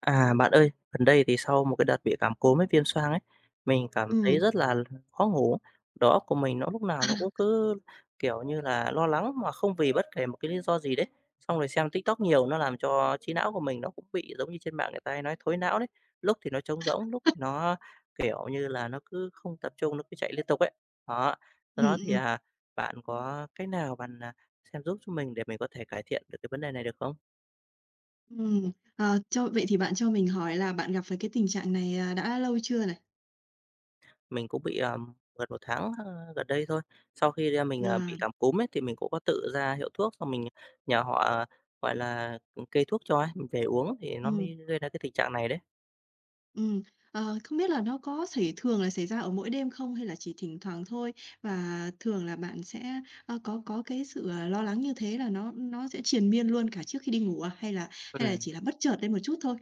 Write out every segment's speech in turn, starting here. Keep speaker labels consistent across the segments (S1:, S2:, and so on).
S1: À, bạn ơi, gần đây thì sau một cái đợt bị cảm cúm với viêm xoang ấy, mình cảm thấy
S2: Ừm.
S1: rất là khó ngủ. Đó của mình nó lúc nào nó cũng cứ, kiểu như là, lo lắng mà không vì bất kể một cái lý do gì đấy. Xong rồi xem TikTok nhiều nó làm cho trí não của mình nó cũng bị giống như trên mạng người ta hay nói thối não đấy. Lúc thì nó trống rỗng, lúc thì nó, kiểu như là, nó cứ không tập trung, nó cứ chạy liên tục ấy. Đó, do
S2: Ừm,
S1: đó thì,
S2: ừm,
S1: bạn có cách nào bạn, xem giúp cho mình để mình có thể cải thiện được cái vấn đề này được không?
S2: ừm. Ờ, cho vậy thì bạn cho mình hỏi là bạn gặp phải cái tình trạng này, đã lâu chưa này?
S1: Mình cũng bị, gần một tháng, gần đây thôi. Sau khi, mình,
S2: À,
S1: bị cảm cúm ấy, thì mình cũng có tự ra hiệu thuốc xong mình nhờ họ, gọi là, kê thuốc cho ấy, mình về uống thì nó
S2: ừm,
S1: mới gây ra cái tình trạng này đấy.
S2: ừm. Không biết là nó có thường là xảy ra ở mỗi đêm không hay là chỉ thỉnh thoảng thôi? Và thường là bạn sẽ, có cái sự, lo lắng như thế là nó sẽ triền miên luôn cả trước khi đi ngủ à? Hay là
S1: Ừm.
S2: chỉ là bất chợt lên một chút thôi?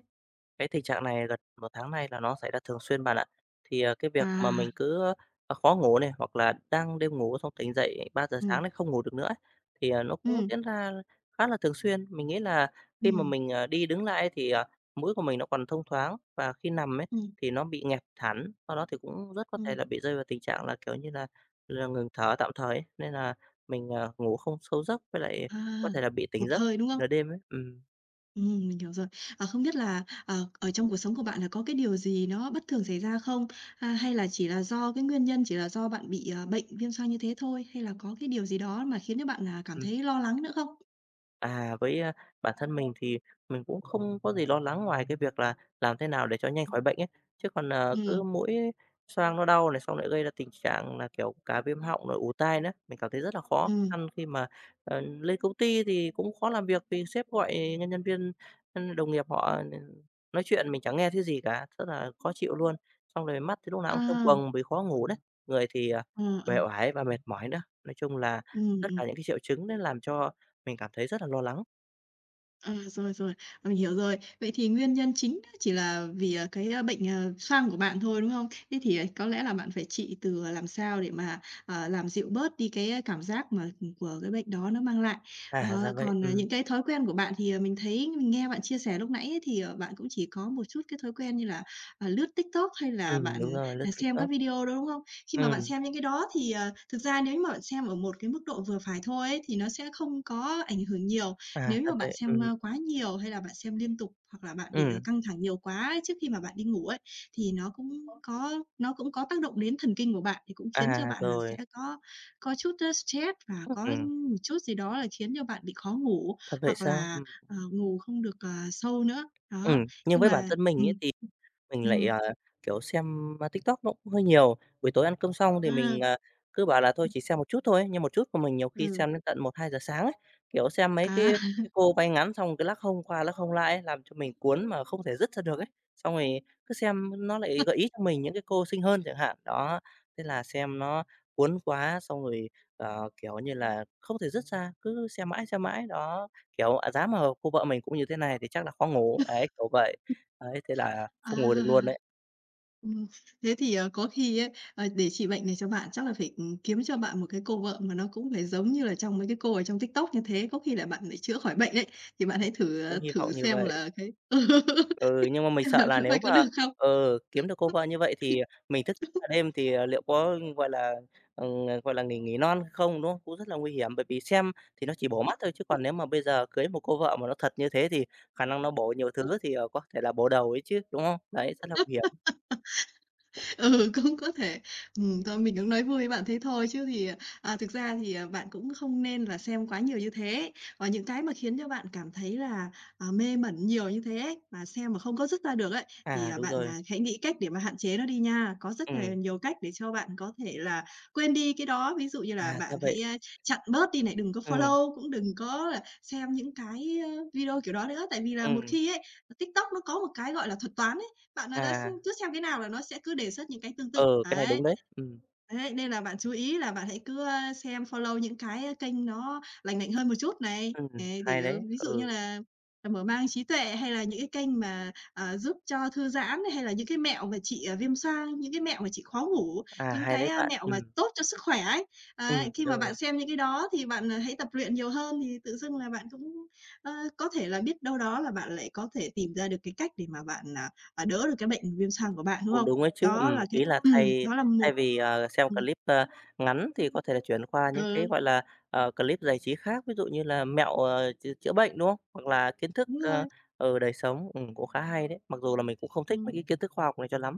S1: Cái tình trạng này gần một tháng nay là nó xảy ra thường xuyên bạn ạ. Thì, cái việc mà
S2: À,
S1: mình cứ, khó ngủ này, hoặc là đang đêm ngủ xong tỉnh dậy ba giờ
S2: ừm,
S1: sáng đấy không ngủ được nữa ấy, thì, nó cũng
S2: ừm,
S1: diễn ra khá là thường xuyên. Mình nghĩ là khi mà
S2: ừm,
S1: mình, đi đứng lại thì, mũi của mình nó còn thông thoáng và khi nằm ấy
S2: ừm,
S1: thì nó bị nghẹt hẳn, sau đó thì cũng rất có thể
S2: ừm.
S1: là bị rơi vào tình trạng là, kiểu như là, ngừng thở tạm thời ấy, nên là mình, ngủ không sâu giấc với lại
S2: À,
S1: có thể là bị tỉnh
S2: hụt
S1: giấc
S2: hơi, đúng không?
S1: nửa đêm ấy. Ừm.
S2: Mình hiểu rồi. À, không biết là, ở trong cuộc sống của bạn là có cái điều gì nó bất thường xảy ra không? Hay là chỉ là do cái nguyên nhân chỉ là do bạn bị, bệnh viêm xoang như thế thôi? Hay là có cái điều gì đó mà khiến cho bạn là cảm thấy lo lắng nữa không?
S1: À, với, bản thân mình thì mình cũng không có gì lo lắng ngoài cái việc là làm thế nào để cho nhanh
S2: Ừ,
S1: khỏi bệnh ấy. Chứ còn,
S2: ừ.
S1: cứ
S2: Ừm.
S1: mũi xoang nó đau này, xong lại gây ra tình trạng là, kiểu, cả viêm họng rồi ù tai nữa, mình cảm thấy rất là khó khăn khi mà, lên công ty thì cũng khó làm việc vì sếp gọi nhân nhân viên, đồng nghiệp họ nói chuyện mình chẳng nghe thấy gì cả, rất là khó chịu luôn. Xong rồi mắt thì lúc nào cũng trong
S2: À.
S1: quầng vì khó ngủ đấy, người thì,
S2: Ờ, ờ.
S1: uể oải và mệt mỏi nữa. Nói chung là
S2: Ừ,
S1: tất
S2: ừm.
S1: cả những cái triệu chứng đấy làm cho mình cảm thấy rất là lo lắng.
S2: À, rồi, rồi, mình hiểu rồi. Vậy thì nguyên nhân chính đó chỉ là vì, cái, bệnh, xoang của bạn thôi, đúng không? Thế thì, có lẽ là bạn phải trị làm sao để mà, làm dịu bớt đi cái, cảm giác mà, của cái bệnh đó nó mang lại.
S1: À, ra vậy.
S2: Còn,
S1: Ừm,
S2: những cái thói quen của bạn thì, mình nghe bạn chia sẻ lúc nãy ấy thì, bạn cũng chỉ có một chút cái thói quen như là, lướt TikTok hay là
S1: đúng
S2: bạn,
S1: rồi, lướt
S2: à, xem các
S1: TikTok.
S2: video đó, đúng không? Khi mà bạn
S1: Ừm.
S2: xem những cái đó thì, thực ra nếu như mà bạn xem ở một cái mức độ vừa phải thôi ấy thì nó sẽ không có ảnh hưởng nhiều
S1: À,
S2: nếu như
S1: ra
S2: mà bạn
S1: vậy.
S2: xem,
S1: Ừm,
S2: ơ, quá nhiều hay là bạn xem liên tục hoặc là bạn bị,
S1: ừm.
S2: căng thẳng nhiều quá ấy trước khi mà bạn đi ngủ ấy, thì nó cũng có tác động đến thần kinh của bạn, thì cũng khiến cho
S1: À,
S2: bạn là sẽ
S1: rồi.
S2: có chút, stress và có
S1: Ừm.
S2: một chút gì đó là khiến cho bạn bị khó ngủ
S1: Thật vậy
S2: hoặc
S1: sao?
S2: là, ờ, ngủ không được, sâu nữa. Đó,
S1: Nhưng
S2: nhưng
S1: với bản
S2: mà
S1: thân
S2: ừ,
S1: mình ấy thì mình lại,
S2: ừm,
S1: kiểu, xem, TikTok nó cũng hơi nhiều. Buổi tối ăn cơm xong thì
S2: à,
S1: mình, cứ bảo là thôi chỉ xem một chút thôi ấy, nhưng một chút của mình nhiều
S2: ừ,
S1: khi
S2: ừ,
S1: xem đến tận 1-2 giờ sáng ấy, kiểu, xem mấy cái
S2: à.
S1: cái cô váy ngắn xong cái lắc hông qua lắc hông lại ấy, làm cho mình cuốn mà không thể dứt ra được ấy. Xong rồi cứ xem nó lại gợi ý cho mình những cái cô xinh hơn chẳng hạn, đó, thế là xem nó cuốn quá xong rồi, kiểu như là, không thể dứt ra, cứ xem mãi, đó, kiểu, giá mà cô vợ mình cũng như thế này thì chắc là khó ngủ, ấy, kiểu vậy. Đấy, thế là
S2: À.
S1: không ngủ được luôn đấy,
S2: Ừm, Thế thì, có khi ấy, để chị bệnh này cho bạn chắc là phải, kiếm cho bạn một cái cô vợ mà nó cũng phải giống như là trong mấy cái cô ở trong TikTok như thế, có khi là bạn lại chữa khỏi bệnh đấy. Thì bạn hãy thử, ờ,
S1: cũng hy
S2: thử
S1: vọng như
S2: xem
S1: vậy.
S2: là cái ừ,
S1: Ừ, nhưng mà mình
S2: xem
S1: sợ
S2: là
S1: là
S2: có
S1: nếu
S2: coi có
S1: mà,
S2: được không?
S1: kiếm được cô vợ như vậy thì mình thức cả đêm thì, liệu có, ờ, gọi là, nghỉ nghỉ non không, đúng không? Cũng rất là nguy hiểm, bởi vì xem thì nó chỉ bổ mắt thôi, chứ còn nếu mà bây giờ cưới một cô vợ mà nó thật như thế thì khả năng nó bổ nhiều thứ thì, có thể là bổ đầu ấy chứ, đúng không? Đấy, rất là nguy hiểm.
S2: Ừ, cũng có thể. Thôi mình cũng nói vui với bạn thế thôi chứ thì, thực ra thì, bạn cũng không nên là xem quá nhiều như thế. Và những cái mà khiến cho bạn cảm thấy là, mê mẩn nhiều như thế ấy, mà xem mà không có dứt ra được ấy, thì,
S1: À,
S2: à,
S1: đúng
S2: bạn,
S1: rồi.
S2: à, hãy nghĩ cách để mà hạn chế nó đi nha. Có rất nhiều
S1: Ừm.
S2: nhiều cách để cho bạn có thể là quên đi cái đó. Ví dụ như
S1: À,
S2: là bạn
S1: ra vậy.
S2: hãy, chặn bớt đi này, đừng có
S1: Ừm,
S2: follow, cũng đừng có là xem những cái, video kiểu đó nữa. Tại vì là một
S1: ừm.
S2: khi ấy, TikTok nó có một cái gọi là thuật toán, bạn nó đã s
S1: À,
S2: cứ xem cái nào là nó sẽ cứ đề xuất những cái tương tự,
S1: ờ cái này
S2: đấy.
S1: đúng đấy. Ừm,
S2: Đấy, nên là bạn chú ý là bạn hãy cứ, xem follow những cái, kênh nó lành mạnh hơn một chút này,
S1: ừm,
S2: để,
S1: hay
S2: ờ,
S1: đấy.
S2: ví dụ như
S1: Ừ,
S2: là mở mang trí tuệ hay là những cái kênh mà, giúp cho thư giãn, hay là những cái mẹo mà trị, viêm xoang, những cái mẹo mà trị khó ngủ,
S1: à,
S2: những
S1: hay
S2: cái,
S1: đấy
S2: a,
S1: bạn.
S2: mẹo mà
S1: Ừm,
S2: tốt cho sức khỏe ấy. Ấy, khi mà bạn
S1: rồi.
S2: xem những cái đó thì bạn, hãy tập luyện nhiều hơn thì tự dưng là bạn cũng, ơ, có thể là biết đâu đó là bạn lại có thể tìm ra được cái cách để mà bạn, và đỡ được cái bệnh viêm xoang của bạn, đúng
S1: Cũng
S2: không?
S1: đúng ấy chứ,
S2: Đó là cái
S1: ý là thay
S2: đó là
S1: thay
S2: một
S1: vì, xem
S2: ừm.
S1: clip, ngắn thì có thể là chuyển qua
S2: Ừ,
S1: những cái, gọi là, clip giải trí khác, ví dụ như là mẹo, chữa bệnh, đúng không? Hoặc là kiến thức,
S2: đúng rồi,
S1: đời sống, cũng khá hay đấy, mặc dù là mình cũng không thích mấy
S2: ừm.
S1: cái kiến thức khoa học này cho lắm.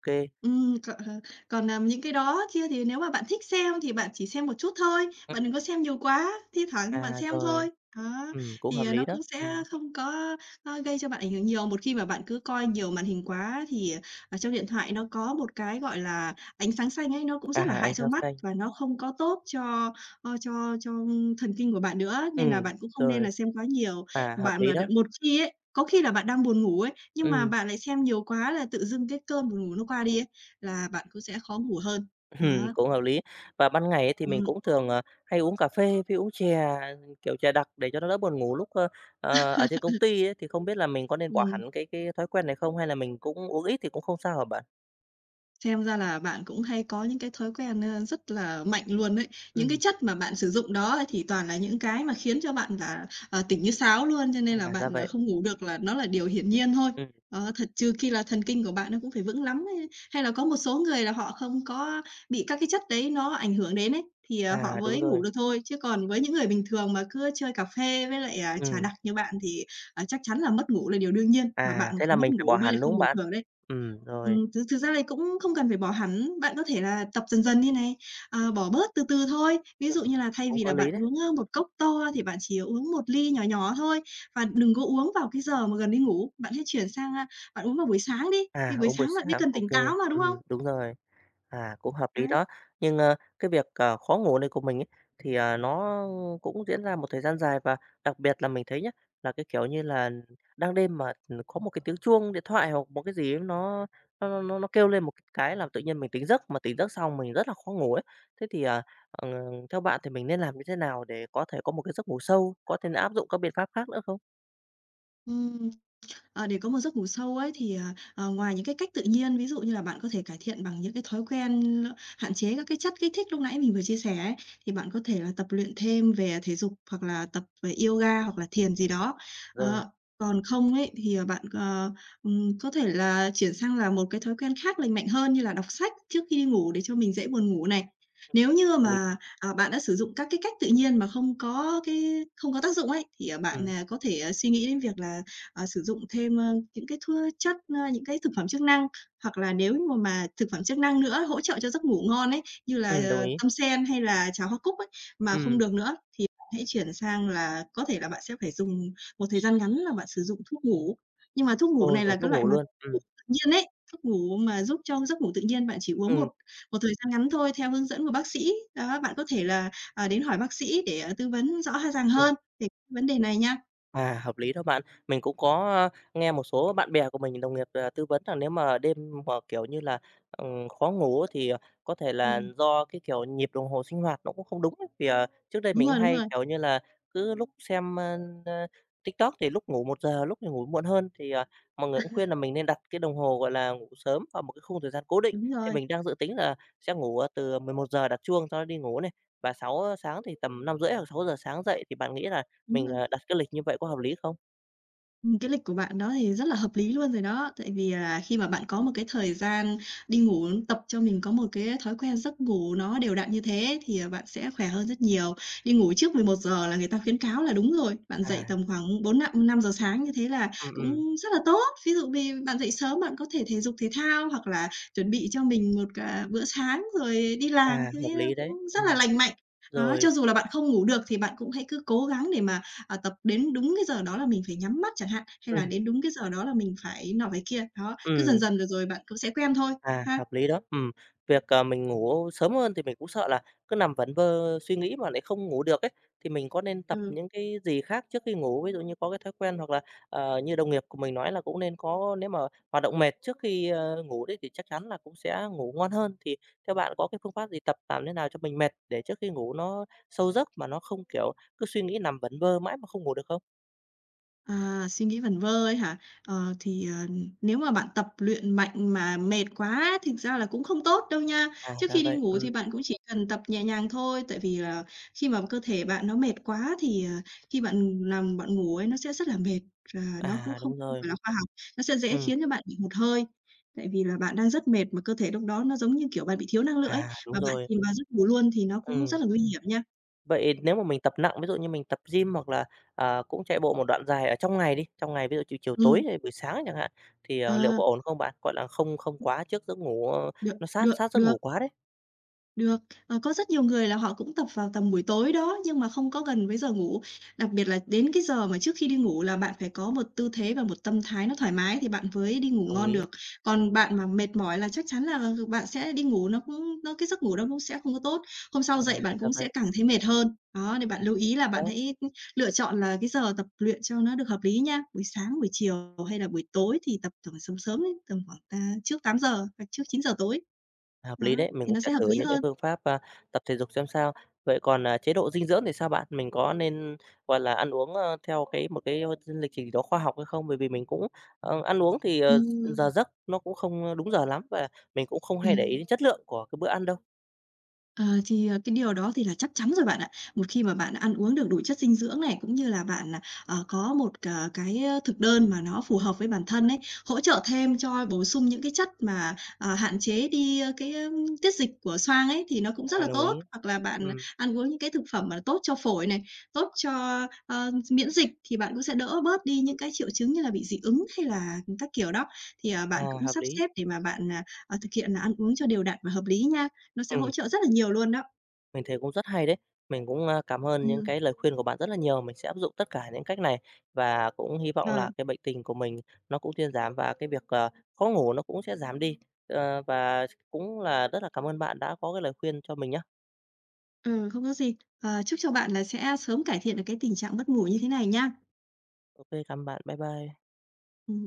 S1: Ok kê.
S2: Còn, những cái đó kia thì nếu mà bạn thích xem thì bạn chỉ xem một chút thôi, bạn đừng có xem nhiều quá, thi thoảng thì bạn
S1: À,
S2: xem
S1: rồi.
S2: thôi. Đó,
S1: Ừm, cũng
S2: thì,
S1: hợp
S2: à, nó
S1: lý đó.
S2: cũng sẽ
S1: Ừm.
S2: không có, gây cho bạn ảnh hưởng nhiều. Một khi mà bạn cứ coi nhiều màn hình quá thì, trong điện thoại nó có một cái, gọi là, ánh sáng xanh ấy, nó cũng
S1: À,
S2: rất là
S1: ánh
S2: hại cho
S1: sáng
S2: mắt
S1: xanh.
S2: và nó không có tốt cho, ơ, cho thần kinh của bạn nữa, nên là
S1: Ừm,
S2: bạn cũng không nên
S1: rồi.
S2: là xem quá nhiều.
S1: À, hợp
S2: Bạn
S1: lý
S2: mà
S1: đó.
S2: một khi ấy, có khi là bạn đang buồn ngủ ấy, nhưng mà
S1: Ừm.
S2: bạn lại xem nhiều quá là tự dưng cái cơn buồn ngủ nó qua đi ấy, là bạn cũng sẽ khó ngủ hơn. Đó,
S1: Cũng hợp lý. Và ban ngày ấy thì mình
S2: ừm.
S1: cũng thường, hay uống cà phê với uống chè, kiểu, chè đặc để cho nó đỡ buồn ngủ lúc, ở trên công ty ấy, thì không biết là mình có nên bỏ hẳn cái thói quen này không? Hay là mình cũng uống ít thì cũng không sao hả bạn?
S2: Xem ra là bạn cũng hay có những cái thói quen, rất là mạnh luôn đấy. Những cái
S1: Ừm.
S2: chất mà bạn sử dụng đó thì toàn là những cái mà khiến cho bạn là, tỉnh như sáo luôn, cho nên là
S1: À, ra
S2: bạn,
S1: vậy.
S2: không ngủ được là nó là điều hiển nhiên thôi.
S1: Ừm.
S2: Thật trừ khi là thần kinh của bạn nó cũng phải vững lắm ấy, hay là có một số người là họ không có bị các cái chất đấy nó ảnh hưởng đến ấy, thì, họ
S1: À, đúng
S2: mới ngủ
S1: rồi.
S2: được thôi. Chứ còn với những người bình thường mà cứ chơi cà phê với lại, trà
S1: Ừm.
S2: đặc như bạn thì, chắc chắn là mất ngủ là điều đương nhiên, mà
S1: À,
S2: bạn
S1: thế là
S2: không mất
S1: mình phải bỏ
S2: ngủ mới là
S1: hẳn, đúng
S2: không
S1: không
S2: bình
S1: bạn?
S2: thường đấy.
S1: Ừ, rồi.
S2: Thực thực ra là cũng không cần phải bỏ hẳn, bạn có thể là tập dần dần đi này, bỏ bớt từ từ thôi. Ví
S1: Ừm,
S2: dụ như là thay
S1: cũng
S2: vì
S1: có
S2: là bạn
S1: lý đấy.
S2: uống, 1 cốc to thì bạn chỉ uống một ly nhỏ nhỏ thôi và đừng có uống vào cái giờ mà gần đi ngủ, bạn hãy chuyển sang, bạn uống vào buổi sáng đi, vì
S1: À,
S2: buổi
S1: uống buổi
S2: sáng bạn mới
S1: sáng.
S2: cần
S1: Ok
S2: tỉnh
S1: kê,
S2: táo mà, đúng không?
S1: đúng rồi. À, cũng hợp lý
S2: Đấy.
S1: đó. Nhưng, cái việc, khó ngủ này của mình ấy, thì, nó cũng diễn ra một thời gian dài và đặc biệt là mình thấy nhá, là cái, kiểu như là, đang đêm mà, có một cái tiếng chuông điện thoại hoặc một cái gì ấy nó kêu lên một cái là tự nhiên mình tỉnh giấc, mà tỉnh giấc xong mình rất là khó ngủ ấy. Thế thì, ờ, theo bạn thì mình nên làm như thế nào để có thể có một cái giấc ngủ sâu? Có thể là áp dụng các biện pháp khác nữa không?
S2: Ừm. Để có một giấc ngủ sâu ấy thì, ngoài những cái cách tự nhiên, ví dụ như là bạn có thể cải thiện bằng những cái thói quen hạn chế các cái chất kích thích lúc nãy mình vừa chia sẻ ấy, thì bạn có thể là tập luyện thêm về thể dục hoặc là tập về yoga hoặc là thiền gì đó.
S1: Rồi,
S2: Đó, còn không ấy thì, bạn, có thể là chuyển sang là một cái thói quen khác lành mạnh hơn như là đọc sách trước khi đi ngủ để cho mình dễ buồn ngủ này. Nếu như
S1: hợp lý.
S2: mà, bạn đã sử dụng các cái cách tự nhiên mà không có tác dụng ấy, thì, bạn,
S1: Ừm,
S2: à, có thể, suy nghĩ đến việc là sử dụng thêm, những cái chất, những cái thực phẩm chức năng, hoặc là nếu như mà thực phẩm chức năng nữa hỗ trợ cho giấc ngủ ngon ấy, như là,
S1: đồng
S2: ờ,
S1: ý.
S2: tâm sen hay là cháo hoa cúc ấy, mà không
S1: Ừ,
S2: được nữa thì bạn hãy chuyển sang là có thể là bạn sẽ phải dùng một thời gian ngắn là bạn sử dụng thuốc ngủ. Nhưng mà thuốc ngủ
S1: ô
S2: này là
S1: dùng
S2: cái
S1: thuốc
S2: loại
S1: ngủ
S2: mà
S1: luôn.
S2: ngủ tự nhiên ấy, thuốc ngủ mà giúp cho giấc ngủ tự nhiên, bạn chỉ uống một
S1: Ừm,
S2: một thời gian ngắn thôi theo hướng dẫn của bác sĩ. Đó, bạn có thể là, đến hỏi bác sĩ để, tư vấn rõ ràng
S1: ừm.
S2: hơn về cái vấn đề này nha.
S1: À, hợp lý đó bạn. Mình cũng có, nghe một số bạn bè của mình, đồng nghiệp, tư vấn rằng nếu mà đêm mà, kiểu như là, khó ngủ thì, có thể là
S2: Ừm,
S1: do cái, kiểu, nhịp đồng hồ sinh hoạt nó cũng không đúng ấy. Thì, trước đây
S2: đúng
S1: mình
S2: rồi, đúng
S1: hay,
S2: rồi.
S1: kiểu như là, cứ lúc xem, ơ, ơ, TikTok thì lúc ngủ 1 giờ, lúc thì ngủ muộn hơn, thì, mọi người cũng khuyên là mình nên đặt cái đồng hồ, gọi là, ngủ sớm vào một cái khung thời gian cố định.
S2: Đúng
S1: Thì
S2: rồi,
S1: mình đang dự tính là sẽ ngủ, từ 11 giờ đặt chuông, cho đó đi ngủ này, và sáu sáng thì tầm 5 rưỡi hoặc 6 giờ sáng dậy, thì bạn nghĩ là
S2: đúng
S1: mình,
S2: rồi.
S1: đặt cái lịch như vậy có hợp lý không?
S2: Cái lịch của bạn đó thì rất là hợp lý luôn rồi đó, tại vì là khi mà bạn có một cái thời gian đi ngủ, tập cho mình có một cái thói quen giấc ngủ nó đều đặn như thế thì, bạn sẽ khỏe hơn rất nhiều. Đi ngủ trước 11 giờ là người ta khuyến cáo là đúng rồi, bạn dậy
S1: À.
S2: tầm khoảng bốn năm năm giờ sáng như thế là
S1: Ừm, ừm.
S2: cũng rất là tốt. Ví dụ vì bạn dậy sớm bạn có thể thể dục thể thao hoặc là chuẩn bị cho mình một cả bữa sáng rồi đi làm,
S1: À,
S2: như thế
S1: hợp lý
S2: cũng
S1: đấy.
S2: rất là
S1: Ừm,
S2: lành mạnh. Đó,
S1: rồi.
S2: cho dù là bạn không ngủ được thì bạn cũng hãy cứ cố gắng để mà tập đến đúng cái giờ đó là mình phải nhắm mắt chẳng hạn, hay là
S1: Ừm,
S2: đến đúng cái giờ đó là mình phải nọ phải kia. Đó, cứ dần
S1: ừm.
S2: dần rồi rồi bạn cũng sẽ quen thôi
S1: À,
S2: ha.
S1: hợp lý đó. Việc, mình ngủ sớm hơn thì mình cũng sợ là cứ nằm vẩn vơ suy nghĩ mà lại không ngủ được ấy, thì mình có nên tập
S2: Ừ.
S1: những cái gì khác trước khi ngủ? Ví dụ như có cái thói quen hoặc là, như đồng nghiệp của mình nói là cũng nên có nếu mà hoạt động mệt trước khi, ngủ đấy thì chắc chắn là cũng sẽ ngủ ngon hơn. Thì theo bạn có cái phương pháp gì tập làm thế nào cho mình mệt để trước khi ngủ nó sâu giấc mà nó không, kiểu, cứ suy nghĩ nằm vẩn vơ mãi mà không ngủ được không?
S2: À, suy nghĩ vẩn vơ ấy hả? Ờ, thì, nếu mà bạn tập luyện mạnh mà mệt quá thực ra là cũng không tốt đâu nha.
S1: À,
S2: Trước
S1: ra
S2: khi đi
S1: vậy.
S2: ngủ
S1: Ừm.
S2: thì bạn cũng chỉ cần tập nhẹ nhàng thôi, tại vì là khi mà cơ thể bạn nó mệt quá thì, khi bạn nằm bạn ngủ ấy nó sẽ rất là mệt và nó cũng
S1: À,
S2: không
S1: đúng rồi.
S2: phải là khoa học, nó sẽ dễ
S1: Ừm.
S2: khiến cho bạn bị hụt hơi. Tại vì là bạn đang rất mệt mà cơ thể lúc đó nó giống như, kiểu, bạn bị thiếu năng lượng ấy,
S1: À, đúng
S2: và bạn
S1: rồi.
S2: chìm vào giấc ngủ luôn thì nó cũng
S1: Ừm.
S2: rất là nguy hiểm nha.
S1: Vậy nếu mà mình tập nặng, ví dụ như mình tập gym hoặc là, cũng chạy bộ một đoạn dài ở trong ngày đi, trong ngày ví dụ chiều chiều tối
S2: Ừm,
S1: hay buổi sáng chẳng hạn, thì, liệu
S2: ờ,
S1: có ổn không bạn? Gọi là, không không quá trước giấc ngủ,
S2: được,
S1: nó sát
S2: được,
S1: sát giấc
S2: được.
S1: ngủ quá đấy.
S2: Được, có rất nhiều người là họ cũng tập vào tầm buổi tối đó, nhưng mà không có gần với giờ ngủ. Đặc biệt là đến cái giờ mà trước khi đi ngủ là bạn phải có một tư thế và một tâm thái nó thoải mái thì bạn mới đi ngủ
S1: Đồng
S2: ngon
S1: ý.
S2: được. Còn bạn mà mệt mỏi là chắc chắn là bạn sẽ đi ngủ nó cũng nó cái giấc ngủ nó cũng sẽ không có tốt. Hôm sau
S1: À,
S2: dậy bạn
S1: ra
S2: cũng sẽ
S1: vậy.
S2: càng thấy mệt hơn. Đó, nên
S1: Ừm.
S2: bạn lưu ý là bạn
S1: Đó.
S2: hãy lựa chọn là cái giờ tập luyện cho nó được hợp lý nha. Buổi sáng, buổi chiều hay là buổi tối thì tập tầm sớm sớm ấy, tầm khoảng, trước 8 giờ hoặc trước 9 giờ tối.
S1: Hợp
S2: Đó,
S1: lý đấy, mình
S2: thì
S1: cũng
S2: nó
S1: sẽ
S2: sẽ hợp
S1: thử
S2: lý
S1: những cái
S2: hơn.
S1: phương pháp, tập thể dục xem sao. Vậy còn, chế độ dinh dưỡng thì sao bạn? Mình có nên, gọi là, ăn uống, theo cái một cái, lịch trình gì đó khoa học hay không? Bởi vì mình cũng, ăn uống thì,
S2: Ừm,
S1: giờ giấc nó cũng không, đúng giờ lắm và mình cũng không hay để ý
S2: ừm.
S1: đến chất lượng của cái bữa ăn đâu.
S2: Ờ, thì, cái điều đó thì là chắc chắn rồi bạn ạ. Một khi mà bạn ăn uống được đủ chất dinh dưỡng này, cũng như là bạn, có một cà cái, thực đơn mà nó phù hợp với bản thân ấy, hỗ trợ thêm cho bổ sung những cái chất mà, hạn chế đi, cái tiết dịch của xoang ấy, thì nó cũng rất
S1: À,
S2: là
S1: đồng
S2: tốt.
S1: ý.
S2: Hoặc là bạn
S1: Ừm.
S2: ăn uống những cái thực phẩm mà tốt cho phổi này, tốt cho, miễn dịch thì bạn cũng sẽ đỡ bớt đi những cái triệu chứng như là bị dị ứng hay là các kiểu đó. Thì, bạn
S1: À,
S2: cũng
S1: hợp
S2: sắp
S1: lý.
S2: xếp để mà bạn, thực hiện là ăn uống cho đều đặn và hợp lý nha. Nó sẽ hỗ
S1: Ừm.
S2: trợ rất là nhiều luôn đó.
S1: Mình thấy cũng rất hay đấy. Mình cũng, cảm ơn những
S2: Ừm,
S1: cái lời khuyên của bạn rất là nhiều. Mình sẽ áp dụng tất cả những cách này và cũng hy vọng
S2: ờ,
S1: là cái bệnh tình của mình nó cũng thuyên giảm và cái việc, khó ngủ nó cũng sẽ giảm đi. Ờ, và cũng là rất là cảm ơn bạn đã có cái lời khuyên cho mình nhé,
S2: ừ, không có gì. Ờ, chúc cho bạn là sẽ sớm cải thiện được cái tình trạng mất ngủ như thế này nha.
S1: ok cảm ơn bạn. Bye bye.
S2: Ừm,